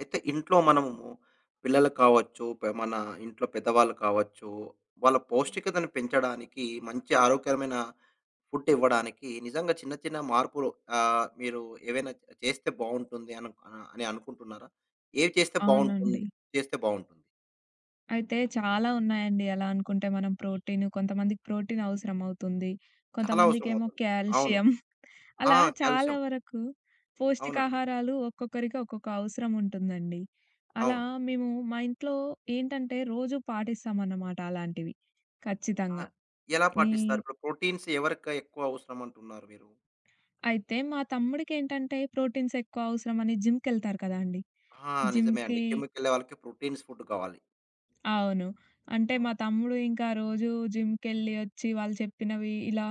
అయితే ఇంట్లో మనము పిల్లలు కావచ్చు, మన ఇంట్లో పెద్దవాళ్ళు కావచ్చు, వాళ్ళ పౌష్టికతను పెంచడానికి మంచి ఆరోగ్యకరమైన ఫుడ్ ఇవ్వడానికి నిజంగా చిన్న చిన్న మార్పులు మీరు చేస్తే బావుంటుంది అని అనుకుంటున్నారా? ఏవి చేస్తే బావుంటుంది? అవునండి. చేస్తే బావుంటుంది. అయితే చాలా ఉన్నాయండి, అలా అనుకుంటే మనం ప్రోటీన్. కొంతమందికి ప్రోటీన్ అవసరమవుతుంది. చాలా అవసరం కొంతమందికేమో అవుతుంది. అవును. కాల్షియం. ఆ! అలా చాలా కాల్షియం. వరకు అవునండి. పౌష్టికాహారాలు ఒక్కొక్కరికి ఒక్కొక్క అవసరం ఉంటుందండి. అలా అవును. మేము మా ఇంట్లో ఏంటంటే రోజు పాటిస్తామన్నమాట అలాంటివి ఆ! ఖచ్చితంగా. ఎలా ఈ పాటిస్తారు? ఇప్పుడు ప్రోటీన్స్ ఎవరికి ఎక్కువ అవసరం అంటున్నారు మీరు? అయితే మా తమ్ముడికేంటంటే ప్రోటీన్స్ ఎక్కువ అవసరమని జిమ్‌కెళ్తారు కదండీ! ఆ! నిజమే అండి. జిమ్‌కి జిమ్‌కెళ్ళే వాళ్ళకి ప్రోటీన్స్ ఫుడ్ కావాలి. అవును. అంటే మా అవును. తమ్ముడు ఇంకా రోజూ జిమ్‌కెళ్ళి ఒచ్చి వాళ్ళు చెప్పినవి ఇలా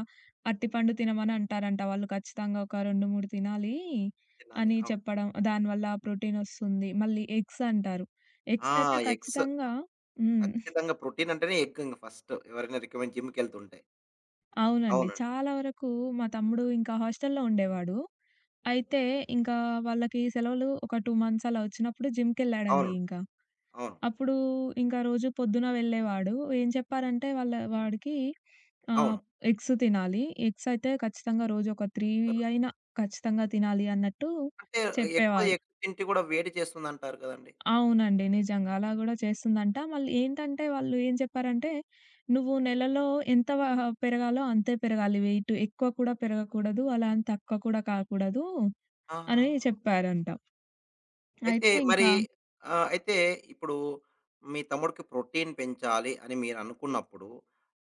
అరటిపండు తినమని అంటారంట. వాళ్ళు ఖచ్చితంగా ఒక 2, 3 తినాలి తినాలి. అని అవును. చెప్పడం. దానివల్ల ప్రోటీనొస్తుంది. మళ్ళీ ఎగ్స్ అంటారు. ఆ! ఎగ్స్ అయితే ఎగ్స్. ఖచ్చితంగా హ్మ్. ఖచ్చితంగా ప్రోటీన్ అంటేనే ఎగ్ ఇంక ఫస్ట్. ఎవరైనా రికమెండ్ జిమ్‌కెళ్తుంటే. అవునండి. అవునండి. చాలా వరకు మా తమ్ముడు ఇంకా హాస్టల్‌లో ఉండేవాడు. అయితే ఇంకా వాళ్ళకి సెలవులు ఒక 2 మంత్స్ అలా ఒచ్చినప్పుడు జిమ్‌కెళ్ళాడండి అవును. ఇంక. అవును. అప్పుడు ఇంకా రోజు పొద్దున వెళ్ళేవాడు. ఏం చెప్పారంటే వాళ్ళ వాడికి ఆహ్, అవును. ఎగ్స్ తినాలి. ఎగ్స్ అయితే ఖచ్చితంగా రోజు ఒక 3 ర్ అయినా ఖచ్చితంగా తినాలి అన్నట్టు అంటే ఎక్కువ చెప్పేవారు. ఎగ్ తింటే కూడా వేడి చేస్తుందంటారు కదండీ! అవునండి. నిజంగా. అలా గూడా చేస్తుందంట. మళ్ళీ ఏంటంటే వాళ్ళు ఏం చెప్పారంటే, "నువ్వు నెలలో ఎంత వ పెరగాలో అంతే పెరగాలి వెయిట్. ఎక్కువ కూడా పెరగకూడదు. అలా అని తక్కువ కూడా కాకూడదు" ఆ! అని చెప్పారంట. అయితే అయితే మరి ఇంకా అయితే ఇప్పుడు మీ తమ్ముడికి ప్రోటీన్ పెంచాలి అని మీరనుకున్నప్పుడు,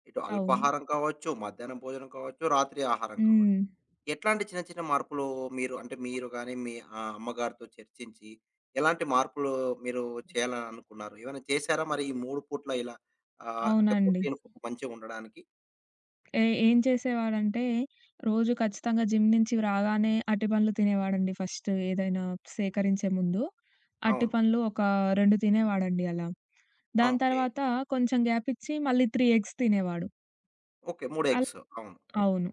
ఇటు అవును. అల్పాహారం కావచ్చు, మధ్యాహ్నం భోజనం కావచ్చు, రాత్రి ఆహారం కావచ్చు. హ్మ్. ఎట్లాంటి చిన్న చిన్న మార్పులు మీరు అంటే మీరు గాని, మీ అమ్మగారితో చర్చించి, ఎలాంటి మార్పులు మీరు చేయాలని అనుకున్నారు? ఏమైనా చేశారా మరి ఈ 3 పూట్ల ఇలా అంటే అవునండి. ప్రోటీన్ ఫుడ్ మంచిగా ఉండడానికి? ఏం చేసేవాడంటే, రోజు ఖచ్చితంగా జిమ్ నుంచి రాగానే అరటిపండ్లు తినేవాడండి ఫస్ట్, ఏదైనా సేకరించే ముందు. అవును. అరటిపండ్లు ఒక 2 తినేవాడండి అలా. ఆ! దాని ఓకే. తర్వాత కొంచెం గ్యాప్ ఇచ్చి మళ్ళీ 3 ఎగ్స్ తినేవాడు. ఓకే. 3 all eggs. అవును. అవును.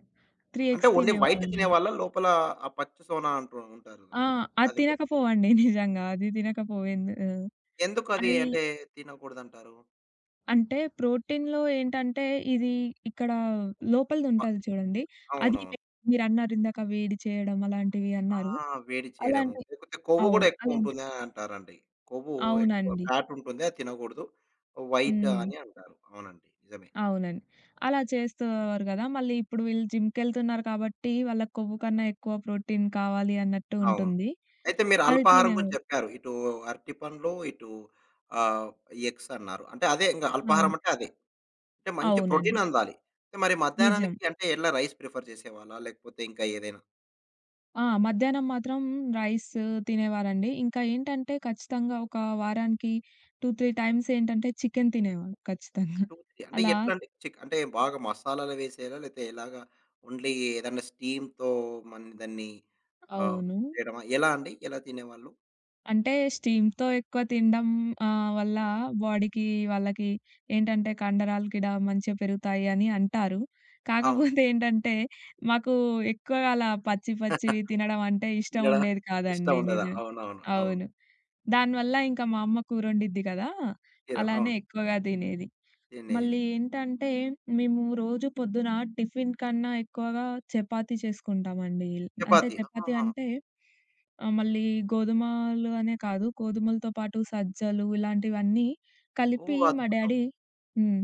3 హ్మ్. అంటే ఎగ్స్ ఓన్లీ వైట్ తినేవాడన్నమాట. తినేవాళ్ళా? లోపల ఆ పచ్చి సోనా అంటూ ఉంటారు. ఆ! అది అది కూడా. తినకపోవండి నిజంగా. అది తినకపోయింది. ఎందుకది అది అంటే తినకూడదంటారు? అంటే ప్రోటీన్‌లో ఏంటంటే ఇది ఇక్కడ ప లోపలిదుంటది చూడండి. అది అవునవును. వే మీరన్నారు ఇందాక వేడి చేయడం అలాంటివి ఆ! అన్నారు. వేడి చేయడము. అలాంటి లేకపోతే కొవ్వు గూడా అవును. అలాంటి ఎక్కువుంటుంది అని అంటారండి. కొవ్వు ఎక్కువ అవునండి. ఫ్యాట్ ఉంటుంది. అది తినకూడదు. వైట్ హ్మ్. అని అంటారు. అవునండి. నిజమే. అవునండి. అలా చేసేవారు గదా! మళ్ళీ ఇప్పుడు వీళ్ళు జిమ్‌కెళ్తున్నారు కాబట్టి వాళ్ళకి కొవ్వు కన్నా ఎక్కువ ప్రోటీన్ కావాలి అన్నట్టు అవును. ఉంటుంది. అయితే మీరు అది అల్పాహారం గురించి తినేవారు. చెప్పారు. ఇటు అరటి పండ్లు, ఇటు ఆహ్, ఎగ్స్ అన్నారు. అంటే అదే ఇంగా అవును. అల్పాహారం అంటే అదే. అంటే మంచి ప్రోటీన్ అవునండి. అందాలి. మరి నిజం. మధ్యాహ్నానికి అంటే ఎలా రైస్ ప్రిఫర్ చేసేవాళ్ళా? లేకపోతే ఇంకా ఏదైనా? ఆ! మధ్యాహ్నం మాత్రం రైస్ తినేవారండి. ఇంకా ఏంటంటే ఖచ్చితంగా ఒక వారానికి 2, 3 టైమ్స్ ఏంటంటే చికెన్ తినేవారు ఖచ్చితంగా. 2, 3 అంటే అలా ఎట్లాంటి చిక్ అంటే బాగా మసాలాలు వేసేలా? లేతే ఎలాగా? ఓన్లీ ఏదన్నా స్టీమ్‌తో దాన్ని ఆహ్, అవును. చేయడమా? ఎలా అండి? ఎలా తినేవాళ్ళు? అంటే స్టీమ్‌తో ఎక్కువ తినడం వల్ల బాడీకి వాళ్ళకి ఏంటంటే కండరాలు గిడా మంచిగా పెరుగుతాయి అని అంటారు. అవును. కాకపోతే ఏంటంటే మాకు ఎక్కువగా అలా పచ్చి పచ్చివి తినడం అంటే ఇష్టం తినడా ఉండేది ఇష్టం కాదండి. ఉండదా? నిజం. అవునవును. అవును. అవును అవును. దానివల్ల ఇంకా మా అమ్మ కూరొండిద్ది కదా! అలానే అవును. ఎక్కువగా తినేది. తినేది. మళ్ళీ ఏంటంటే, మేము రోజు పొద్దున టిఫిన్ కన్నా ఎక్కువగా చపాతీ చేసుకుంటామండి. అంటే చపాతీ. చపాతీ ఆహాహా! అంటే మళ్ళీ గోధుమలు అనే కాదు, గోధుమలతో పాటు సజ్జలు ఇలాంటివన్నీ కలిపి ఓహ్! మా అద్భుతం. డ్యాడీ హ్మ్.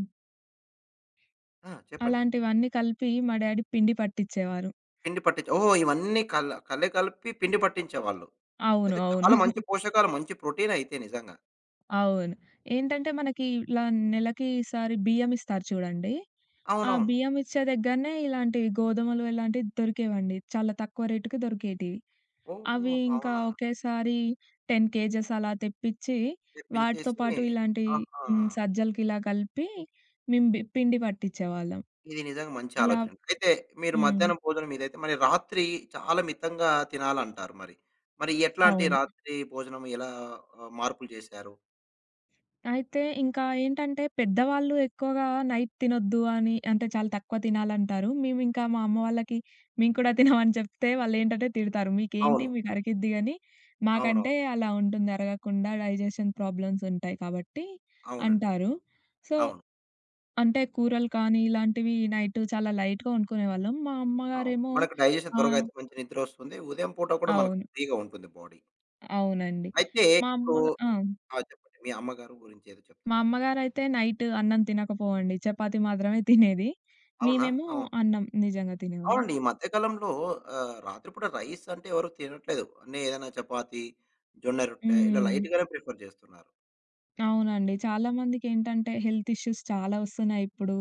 ఆ! చెప్పండి. అలాంటివన్నీ కలిపి మా డ్యాడీ పిండి పట్టిచ్చేవారు. పిండి పట్టించి ఓహ్! ఇవన్నీ కల కలే కలిపి పిండి పట్టించేవాళ్ళు. అవును. అయితే అవును. చాలా మంచి పోషకాలు, మంచి ప్రోటీన్ అయితే నిజంగా. అవును. ఏంటంటే మనకి ఇలా నెలకి ఈసారి బియ్యం ఇస్తారు చూడండి. ఆ అవునవును. బియ్యం ఇచ్చే దగ్గరనే ఇలాంటివి గోధుమలు ఇలాంటివి దొరికేవండి. చాలా తక్కువ రేటుకి దొరికేటివి. అవి ఓహో! ఇంకా అవునా? ఒకేసారి 10 కేజెస్ అలా తెప్పిచ్చి, వాటితో తెప్పించేసి పాటు ఇలాంటి ఆహా! హ్మ్ సజ్జలకిలా కలిపి మేము బి పిండి పట్టిచ్చేవాళ్ళం. ఇది నిజంగా మంచి అలా ఆలోచనండి. అయితే మీరు హ్మ్. మధ్యాహ్నం భోజనం ఇదైతే మరి రాత్రి చాలా మితంగా తినాలంటారు మరి. మరి ఎట్లాంటి అవును. రాత్రి భోజనం ఎలా మార్పులు చేశారు? అయితే ఇంకా ఏంటంటే పెద్దవాళ్ళు ఎక్కువగా నైట్ తినొద్దు అని అంటే చాలా తక్కువ తినాలంటారు. మేమింకా మా అమ్మ వాళ్ళకి మేము కూడా తినమని చెప్తే వాళ్ళేంటంటే తిడతారు. మీకేంటి అవును. మీకు అరికిద్ది గాని, మాకంటే అవునవును. అలా ఉంటుంది అరగకుండా డైజెషన్ ప్రాబ్లమ్స్ ఉంటాయి కాబట్టి అవునండి. అంటారు. సో అవును. అంటే కూరలు కానీ ఇలాంటివి నైట్ చాలా లైట్‌గా వండుకునేవాళ్ళం. మా అవును. అమ్మగారేమో మనకు డైజెషన్ త్వరగా ఆహ్, అయితే మంచి నిద్రొస్తుంది. ఉదయం పూట కూడా మనకు అవును. ఫ్రీగా ఉంటుంది బాడీ. అవునండి. అయితే మా ఇప్పుడు అమ్మ ఆ! ఆ! చెప్పండి. మీ అమ్మగారు గురించి ఏదో మా చెప్తున్నారు. అమ్మగారైతే నైట్ అన్నం తినకపోవండి. చపాతీ మాత్రమే తినేది. అవునా? మేమేమో అవును. అన్నం నిజంగా తినేవాళ్ళం. అవునండి. ఈ మధ్య కాలంలో రాత్రిపూట రైస్ అంటే ఎవరు తినట్లేదు. అన్నీ ఏదైనా చపాతీ, జొన్న రొట్టె ఇలా హ్మ్. లైట్‌గానే ప్రిఫర్ చేస్తున్నారు. అవునండి. చాలామందికేంటంటే హెల్త్ ఇష్యూస్ చాలా వస్తున్నాయి ఇప్పుడు.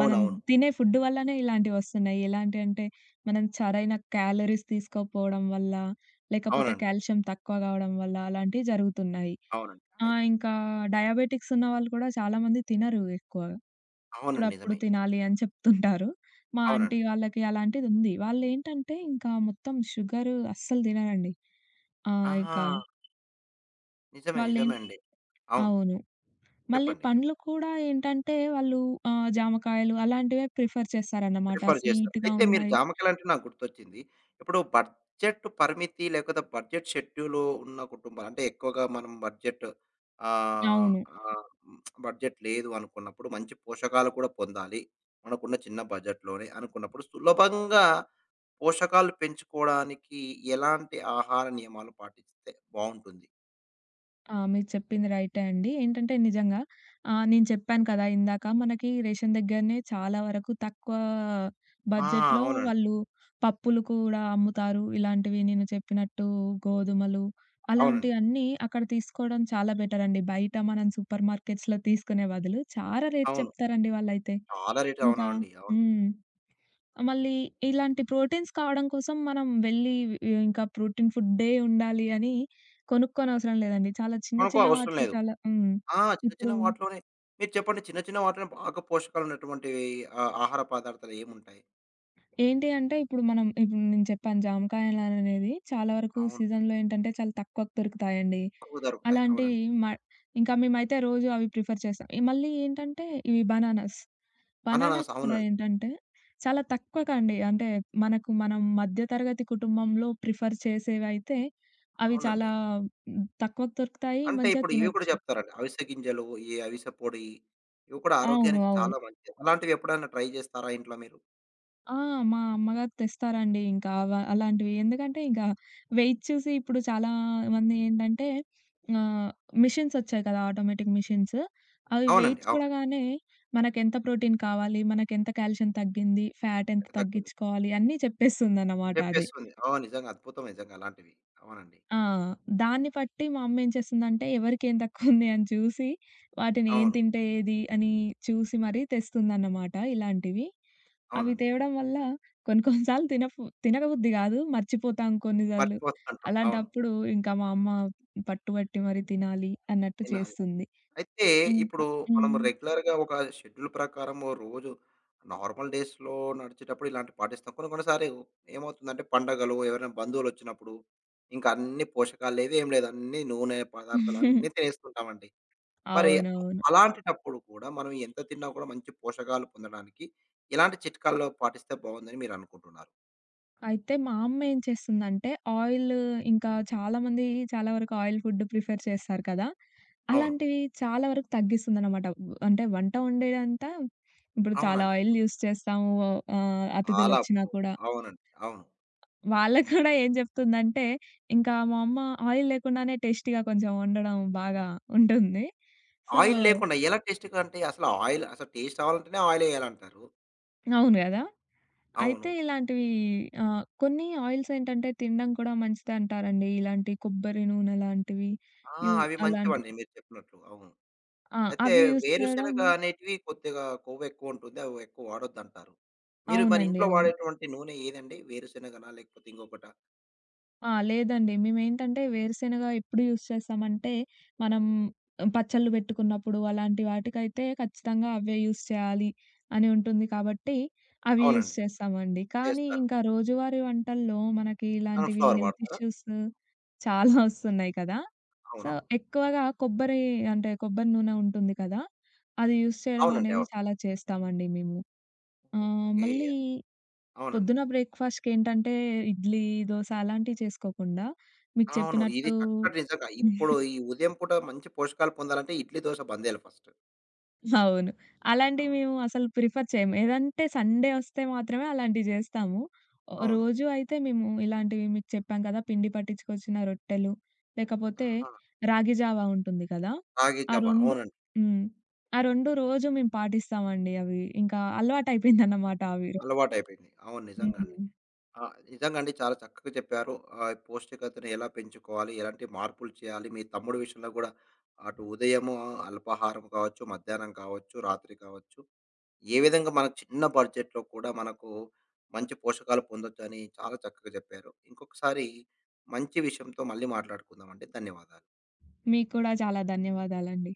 మనం తినే ఫుడ్ వల్లనే ఇలాంటివొస్తున్నాయి. ఎలాంటి అంటే మనం సరైన క్యాలరీస్ తీసుకోకపోవడం వల్ల, లేకపోతే అవునండి. కాల్షియం తక్కువ కావడం వల్ల అలాంటివి జరుగుతున్నాయి. అవునండి. ఆ! ఇంకా డయాబెటిక్స్ ఉన్నవాళ్ళు కూడా చాలామంది తినరు ఎక్కువ. అవునండి. అప్పుడప్పుడు నిజమే. తినాలి అని చెప్తుంటారు. మా ఆంటీ అవునండి. వాళ్ళకి అలాంటిదుంది. వాళ్ళేంటంటే ఇంకా మొత్తం షుగరు అస్సలు తినరండి. ఆ! ఇక ఆహా! నిజమే. వాళ్ళేం నిజమే అండి. అవును. అవును. మళ్ళీ చెప్పండి. చెప్పండి. పండ్లు కూడా ఏంటంటే వాళ్ళు జామకాయలు అలాంటివే ప్రిఫర్ చేస్తారన్నమాట. ప్రిఫర్ చేస్తారు. స్వీట్‌గా అయితే మీరు ఉన్నాయి. జామకాయలంటే నాకు గుర్తొచ్చింది. ఇప్పుడు బడ్జెట్ పరిమితి లేకపోతే బడ్జెట్ షెడ్యూలు ఉన్న కుటుంబాలు అంటే ఎక్కువగా మనం ఆహ్, అవును. ఆహ్, బడ్జెట్ లేదు అనుకున్నప్పుడు మంచి పోషకాలు కూడా పొందాలి. మనకున్న చిన్న బడ్జెట్‌లోనే అనుకున్నప్పుడు సులభంగా పోషకాలు పెంచుకోవడానికి ఎలాంటి ఆహార నియమాలు పాటిస్తే బావుంటుంది? ఆ! మీరు చెప్పింది రైటే అండి. ఏంటంటే నిజంగా నేను చెప్పాను కదా! ఇందాక మనకి రేషన్ దగ్గరనే చాలా వరకు తక్కువ ఆ! బడ్జెట్‌లో అవునండి. వాళ్ళు పప్పులు కూడా అమ్ముతారు. ఇలాంటివి నేను చెప్పినట్టు గోధుమలు అవునండి. అలాంటియన్నీ అక్కడ తీసుకోవడం చాలా బెటర్ అండి. బయట మనం సూపర్ మార్కెట్స్‌లో తీసుకునే బదులు చాలా రేట్ అవును. చెప్తారండి వాళ్ళైతే. చాలా రేట్ ఇంకా అవునండి. అవును. హ్మ్. మళ్ళీ ఇలాంటి ప్రోటీన్స్ కావడం కోసం మనం వెళ్ళి ఇంకా ప్రోటీన్ ఫుడ్డే ఉండాలి అని కొనుక్కోనవసరం లేదండి. చాలా చిన్న మనకు చిన్న అవసరం వాటిలో లేదు. చాలా హ్మ్. ఆ! చిన్న ఇప్పుడు చిన్న వాటిలోనే మీరు చెప్పండి చిన్న చిన్న వాటిలోనే బాగా పోషకాలున్నటువంటివి ఆహార పదార్థాలు ఏముంటాయి? ఏంటి అంటే ఇప్పుడు మనం ఇప్పుడు నేను చెప్పాను, జామకాయలనేది చాలా వరకు అవును. సీజన్‌లో ఏంటంటే చాలా తక్కువకు దొరుకుతాయండి. తక్కువ దొరుకుతాయి. అలాంటివి అవునండి. మ ఇంకా మేమైతే రోజు అవి ప్రిఫర్ చేస్తాం. ఈ మళ్ళీ ఏంటంటే ఇవి బనానాస్. అనానాస్ బనానాస్ కూడా అవునండి. ఏంటంటే, చాలా తక్కువకండి. అంటే మనకు మనం మధ్య తరగతి కుటుంబంలో ప్రిఫర్ చేసేవైతే, అవి చాలా అవునండి. తక్కువకు దొరుకుతాయి. అంటే మంచిగా ఇప్పుడు ఇవి కూడా తినొచ్చు. చెప్తారండి. అవిసె గింజలు, ఈ అవిసె పొడి ఇవి కూడా అవును. ఆరోగ్యానికి అవును. చాలా మంచిది. అలాంటివి ఎప్పుడైనా ట్రై చేస్తారా ఇంట్లో మీరు? ఆ! మా అమ్మగారు తెస్తారండి ఇంకా అవ అలాంటివి. ఎందుకంటే, ఇంకా వెయిట్ చూసి ఇప్పుడు చాలా మంది ఏంటంటే, ఆహ్, మిషన్స్ ఒచ్చాయి కదా! Automatic machines. అవి అవునండి. వెయిట్ అవును. చూడగానే మనకెంత ప్రోటీన్ కావాలి, మనకెంత కాల్షియం తగ్గింది, ఫ్యాట్ ఎంత తగ్గుతుంది. తగ్గించుకోవాలి అన్నీ చెప్పేస్తుందన్నమాట అది. చెప్పేస్తుంది. అవును. నిజంగా అద్భుతం నిజంగా అలాంటివి. అవునండి. ఆ! దాన్ని బట్టి మా అమ్మ ఏం చేస్తుందంటే, ఎవరికేం తక్కువుంది అని చూసి, వాటిని ఏం అవును. తింటే ఏది అని చూసి మరీ తెస్తుందన్నమాట ఇలాంటివి. అవి అవునండి. తేవడం వల్ల కొన్ని కొన్ని సార్లు తినకబుద్ధి కాదు. మర్చిపోతాం కొన్నిసార్లు. మర్చిపోతుంటాం. అవును. అలాంటప్పుడు ఇంకా మా అమ్మ పట్టుబట్టి మరి తినాలి అన్నట్టు తినాలి. చేస్తుంది. అయితే ఇంకా ఇప్పుడు మనం హ్మ్. రెగ్యులర్‌గా ఒక షెడ్యూల్ ప్రకారం ఓ రోజు నార్మల్ డేస్‌లో నడిచేటప్పుడు ఇలాంటివి పాటిస్తాం. కొన్ని కొన్ని సార్లు ఏమవుతుందంటే పండగలు, ఎవరైనా బంధువులొచ్చినప్పుడు ఇంకా అన్ని పోషకాలు లేవు, ఏం లేదు. అన్నీ నూనె పదార్థాలు అన్నీ తినేస్తుంటామండి. మరి అవునవును. అలాంటిటప్పుడు కూడా మనం ఎంత తిన్నా కూడా మంచి పోషకాలు పొందడానికి ఎలాంటి చిట్కాలు పాటిస్తే బావుందని మీరనుకుంటున్నారు? అయితే మా అమ్మ ఏం చేస్తుందంటే ఆయిల్ ఇంకా చాలామంది చాలా వరకు ఆయిల్ ఫుడ్ ప్రిఫర్ చేస్తారు కదా! అవును. అలాంటివి చాలా వరకు తగ్గిస్తుందనమాట. అంటే వంట వండేదంతా ఇప్పుడు చాలా అవునండి. ఆయిల్ యూజ్ చేస్తాము. చాలా అతిథులొచ్చినా పో కూడా. అవునండి. అవును. వాళ్ళకి కూడా ఏం చెప్తుందంటే, ఇంకా మా అమ్మ ఆయిల్ లేకుండానే టేస్టీగా కొంచెం వండడం బాగా ఉంటుంది. సో ఆయిల్ లేకుండా ఎలా టేస్ట్‌గా అంటే అసలు ఆయిల్ అసలు టేస్ట్ రావాలంటేనే ఆయిల్ ఎయాలంటారు. అవును గదా! అవును. అయితే ఇలాంటివి కొన్ని ఆయిల్స్ ఏంటంటే తినడం కూడా మంచిదే అంటారండి. ఇలాంటి కొబ్బరి నూనె లాంటివి ఆ! యు అవి అలాంటి మంచివండి మీరు చెప్పినట్లు. అవును. ఆ! అయితే అవి యూజ్ చేయడం వేరుశనగ అనేటివి కొద్దిగా కొవ్వెక్కువుంటుంది. అవి ఎక్కువ వాడొద్దంటారు. మీరు మరి అవునండి. ఇంట్లో అవును. వాడేటువంటి నూనె ఏదండి? వేరుశనగనా? లేకపోతే ఇంకొకటా? ఆ! లేదండి. మేమేంటంటే వేరుశెనగ ఎప్పుడు యూజ్ చేస్తామంటే, మనం పచ్చళ్ళు పెట్టుకున్నప్పుడు అలాంటి వాటికైతే ఖచ్చితంగా అవే యూజ్ చేయాలి అని ఉంటుంది కాబట్టి, అవి యూజ్ అవునండి. చేస్తామండి. కానీ చేస్తారు. ఇంకా రోజువారీ వంటల్లో మనకి ఇలాంటివి సన్‌ఫ్లవర్ హెల్త్ వాడతారా? ఇష్యూస్ చాలా ఒస్తున్నాయి కదా! సో, అవునవును. ఎక్కువగా కొబ్బరి అంటే, కొబ్బరి నూనె ఉంటుంది కదా! అది యూజ్ చేయడం అవునండి. అనేది అవును. చాలా చేస్తామండి మేము. ఓకే. మళ్ళీ అవునండి. పొద్దున బ్రేక్‌ఫాస్ట్‌కేంటంటే, ఇడ్లీ, దోస అలాంటివి చేసుకోకుండా, మీకు అవును. ఇది చెప్పినట్టు చక్కటి నిజంగా. ఇప్పుడు ఈ ఉదయం పూట మంచి పోషకాలు పొందాలంటే ఇడ్లీ, దోస బందేయాలి ఫస్ట్. అవును. అలాంటివి అవును. మేము అసలు ప్రిఫర్ చేయము. ఏదంటే సండే వస్తే మాత్రమే అలాంటివి జేస్తాము. ఓహ్, అవును. రోజు అయితే మేము ఇలాంటివి మీకు చెప్పాం కదా! పిండి పట్టించుకొచ్చిన రొట్టెలు, లేకపోతే ఆ! రాగి జావా ఉంటుంది కదా! రాగి ఆ జావ. 2 అవునండి. హ్మ్. ఆ 2 రోజు మేము పాటిస్తామండి అవి. ఇంకా అలవాటయిపోయిందన్నమాట అవి. అలవాటయిపోయింది. అవును. నిజంగా అండి. హ్మ్. ఆ! నిజంగా అండి. చాలా చక్కగా చెప్పారు. పౌష్టికతను ఎలా పెంచుకోవాలి? ఎలాంటి మార్పులు చేయాలి? మీ తమ్ముడి విషయంలో కూడా అటు ఉదయము అల్పాహారం కావచ్చు, మధ్యాహ్నం కావచ్చు, రాత్రి కావచ్చు. ఏ విధంగా మనకు చిన్న బడ్జెట్‌లో కూడా మనకు మంచి పోషకాలు పొందొచ్చని చాలా చక్కగా చెప్పారు. ఇంకొకసారి మంచి విషయంతో మళ్ళీ మాట్లాడుకుందామండి. ధన్యవాదాలు. మీకు కూడా చాలా ధన్యవాదాలండి.